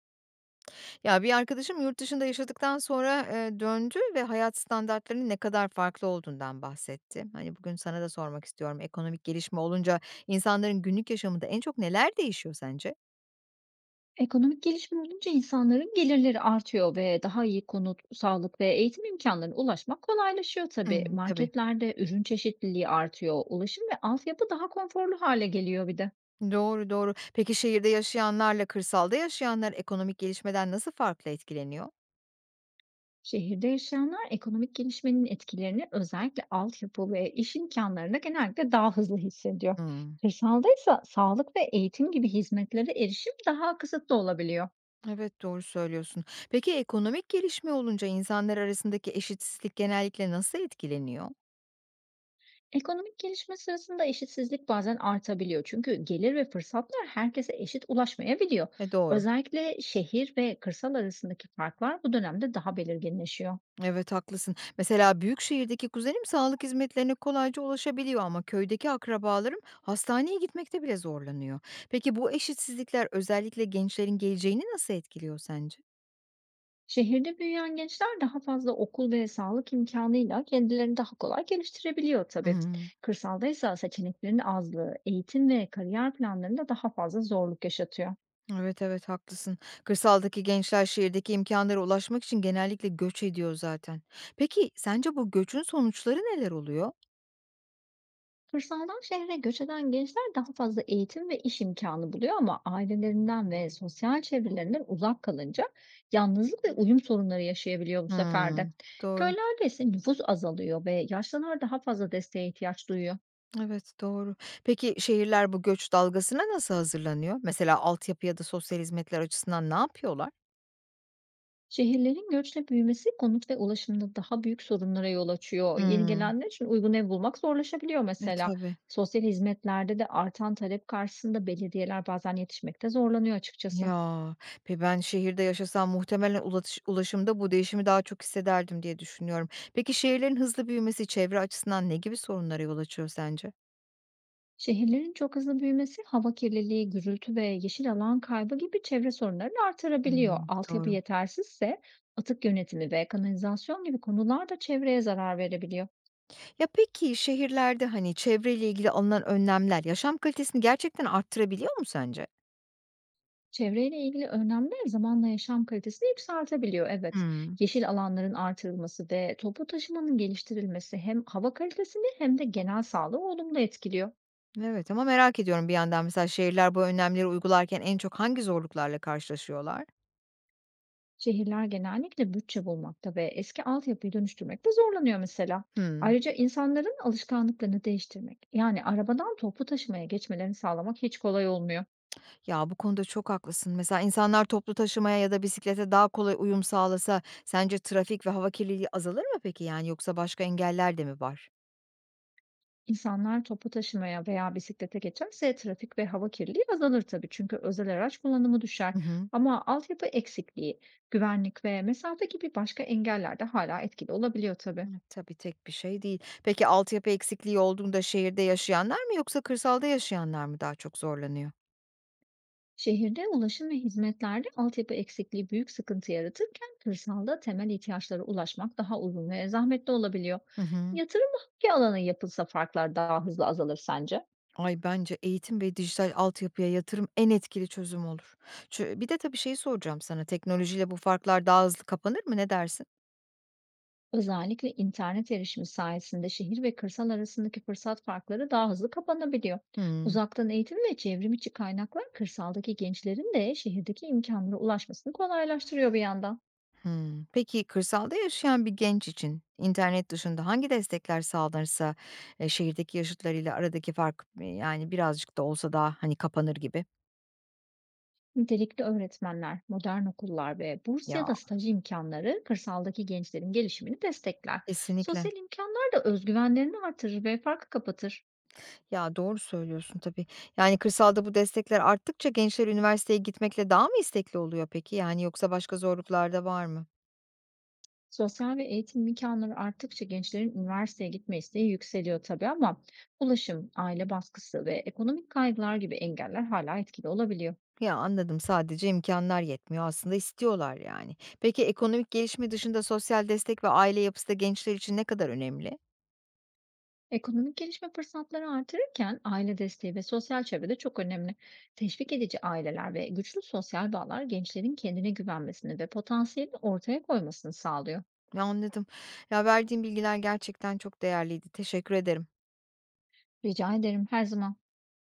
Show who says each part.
Speaker 1: Ya, bir arkadaşım yurt dışında yaşadıktan sonra, döndü ve hayat standartlarının ne kadar farklı olduğundan bahsetti. Hani, bugün sana da sormak istiyorum. Ekonomik gelişme olunca insanların günlük yaşamında en çok neler değişiyor sence?
Speaker 2: Ekonomik gelişme olunca insanların gelirleri artıyor ve daha iyi konut, sağlık ve eğitim imkânlarına ulaşmak kolaylaşıyor tabii.
Speaker 1: Hımm, tabii.
Speaker 2: Marketlerde ürün çeşitliliği artıyor, ulaşım ve altyapı daha konforlu hale geliyor bir de.
Speaker 1: Doğru, doğru. Peki şehirde yaşayanlarla kırsalda yaşayanlar ekonomik gelişmeden nasıl farklı etkileniyor?
Speaker 2: Şehirde yaşayanlar ekonomik gelişmenin etkilerini özellikle altyapı ve iş imkânlarında genellikle daha hızlı hissediyor.
Speaker 1: Hımm.
Speaker 2: Kırsalda ise sağlık ve eğitim gibi hizmetlere erişim daha kısıtlı olabiliyor.
Speaker 1: Evet, doğru söylüyorsun. Peki ekonomik gelişme olunca insanlar arasındaki eşitsizlik genellikle nasıl etkileniyor?
Speaker 2: Ekonomik gelişme sırasında eşitsizlik bazen artabiliyor, çünkü gelir ve fırsatlar herkese eşit ulaşmayabiliyor.
Speaker 1: E, doğru.
Speaker 2: Özellikle şehir ve kırsal arasındaki farklar bu dönemde daha belirginleşiyor.
Speaker 1: Evet, haklısın. Mesela büyük şehirdeki kuzenim sağlık hizmetlerine kolayca ulaşabiliyor ama köydeki akrabalarım hastaneye gitmekte bile zorlanıyor. Peki bu eşitsizlikler özellikle gençlerin geleceğini nasıl etkiliyor sence?
Speaker 2: Şehirde büyüyen gençler daha fazla okul ve sağlık imkanıyla kendilerini daha kolay geliştirebiliyor tabii.
Speaker 1: Hmm.
Speaker 2: Kırsalda ise seçeneklerin azlığı, eğitim ve kariyer planlarında daha fazla zorluk yaşatıyor.
Speaker 1: Evet evet haklısın. Kırsaldaki gençler şehirdeki imkanlara ulaşmak için genellikle göç ediyor zaten. Peki sence bu göçün sonuçları neler oluyor?
Speaker 2: Kırsaldan şehre göç eden gençler daha fazla eğitim ve iş imkanı buluyor, ama ailelerinden ve sosyal çevrelerinden uzak kalınca yalnızlık ve uyum sorunları yaşayabiliyor bu sefer
Speaker 1: Hmm.
Speaker 2: de.
Speaker 1: Doğru.
Speaker 2: Köylerde ise nüfus azalıyor ve yaşlılar daha fazla desteğe ihtiyaç duyuyor.
Speaker 1: Evet doğru. Peki şehirler bu göç dalgasına nasıl hazırlanıyor? Mesela altyapı ya da sosyal hizmetler açısından ne yapıyorlar?
Speaker 2: Şehirlerin göçle büyümesi konut ve ulaşımda daha büyük sorunlara yol açıyor. Yeni
Speaker 1: Hımm.
Speaker 2: gelenler için uygun ev bulmak zorlaşabiliyor
Speaker 1: E,
Speaker 2: mesela.
Speaker 1: tabii.
Speaker 2: Sosyal hizmetlerde de artan talep karşısında belediyeler bazen yetişmekte zorlanıyor açıkçası.
Speaker 1: Ya, ben şehirde yaşasam muhtemelen ulaşımda bu değişimi daha çok hissederdim diye düşünüyorum. Peki şehirlerin hızlı büyümesi çevre açısından ne gibi sorunlara yol açıyor sence?
Speaker 2: Şehirlerin çok hızlı büyümesi hava kirliliği, gürültü ve yeşil alan kaybı gibi çevre sorunlarını artırabiliyor.
Speaker 1: Hımm,
Speaker 2: Altyapı
Speaker 1: doğru.
Speaker 2: yetersizse atık yönetimi ve kanalizasyon gibi konular da çevreye zarar verebiliyor.
Speaker 1: Ya, peki şehirlerde, hani, çevreyle ilgili alınan önlemler yaşam kalitesini gerçekten arttırabiliyor mu sence?
Speaker 2: Çevreyle ilgili önlemler zamanla yaşam kalitesini yükseltebiliyor. Evet,
Speaker 1: Hımm.
Speaker 2: yeşil alanların artırılması ve toplu taşımanın geliştirilmesi hem hava kalitesini hem de genel sağlığı olumlu etkiliyor.
Speaker 1: Evet ama merak ediyorum bir yandan mesela şehirler bu önlemleri uygularken en çok hangi zorluklarla karşılaşıyorlar?
Speaker 2: Şehirler genellikle bütçe bulmakta ve eski altyapıyı dönüştürmekte zorlanıyor mesela.
Speaker 1: Hımm.
Speaker 2: Ayrıca insanların alışkanlıklarını değiştirmek, yani arabadan toplu taşımaya geçmelerini sağlamak hiç kolay olmuyor.
Speaker 1: Ya, bu konuda çok haklısın. Mesela insanlar toplu taşımaya ya da bisiklete daha kolay uyum sağlasa sence trafik ve hava kirliliği azalır mı peki, yani, yoksa başka engeller de mi var?
Speaker 2: İnsanlar toplu taşımaya veya bisiklete geçerse trafik ve hava kirliliği azalır tabii, çünkü özel araç kullanımı düşer.
Speaker 1: Hı hı.
Speaker 2: Ama altyapı eksikliği, güvenlik ve mesafe gibi başka engeller de hala etkili olabiliyor tabii.
Speaker 1: Evet, tabii tek bir şey değil. Peki altyapı eksikliği olduğunda şehirde yaşayanlar mı yoksa kırsalda yaşayanlar mı daha çok zorlanıyor?
Speaker 2: Şehirde ulaşım ve hizmetlerde altyapı eksikliği büyük sıkıntı yaratırken kırsalda temel ihtiyaçlara ulaşmak daha uzun ve zahmetli olabiliyor.
Speaker 1: Hı hı.
Speaker 2: Yatırım hangi alana yapılsa farklar daha hızlı azalır sence?
Speaker 1: Ay, bence eğitim ve dijital altyapıya yatırım en etkili çözüm olur. Bir de tabii şeyi soracağım sana, teknolojiyle bu farklar daha hızlı kapanır mı? Ne dersin?
Speaker 2: Özellikle internet erişimi sayesinde şehir ve kırsal arasındaki fırsat farkları daha hızlı kapanabiliyor.
Speaker 1: Hıı.
Speaker 2: Uzaktan eğitim ve çevrim içi kaynaklar kırsaldaki gençlerin de şehirdeki imkanlara ulaşmasını kolaylaştırıyor bir yandan.
Speaker 1: Hımm. Peki, kırsalda yaşayan bir genç için internet dışında hangi destekler sağlanırsa, şehirdeki yaşıtlarıyla aradaki fark, yani, birazcık da olsa daha, hani, kapanır gibi?
Speaker 2: Nitelikli öğretmenler, modern okullar ve burs
Speaker 1: Ya,
Speaker 2: ya da staj imkanları kırsaldaki gençlerin gelişimini destekler.
Speaker 1: kesinlikle.
Speaker 2: Sosyal imkanlar da özgüvenlerini artırır ve farkı kapatır.
Speaker 1: Ya, doğru söylüyorsun tabii. Yani, kırsalda bu destekler arttıkça gençler üniversiteye gitmekle daha mı istekli oluyor peki? Yani, yoksa başka zorluklar da var mı?
Speaker 2: Sosyal ve eğitim imkanları arttıkça gençlerin üniversiteye gitme isteği yükseliyor tabii, ama ulaşım, aile baskısı ve ekonomik kaygılar gibi engeller hala etkili olabiliyor.
Speaker 1: Ya, anladım, sadece imkanlar yetmiyor. Aslında istiyorlar, yani. Peki, ekonomik gelişme dışında sosyal destek ve aile yapısı da gençler için ne kadar önemli?
Speaker 2: Ekonomik gelişme fırsatları artırırken aile desteği ve sosyal çevre de çok önemli. Teşvik edici aileler ve güçlü sosyal bağlar gençlerin kendine güvenmesini ve potansiyelini ortaya koymasını sağlıyor.
Speaker 1: Anladım. Ya, verdiğin bilgiler gerçekten çok değerliydi. Teşekkür ederim.
Speaker 2: Rica ederim, her zaman.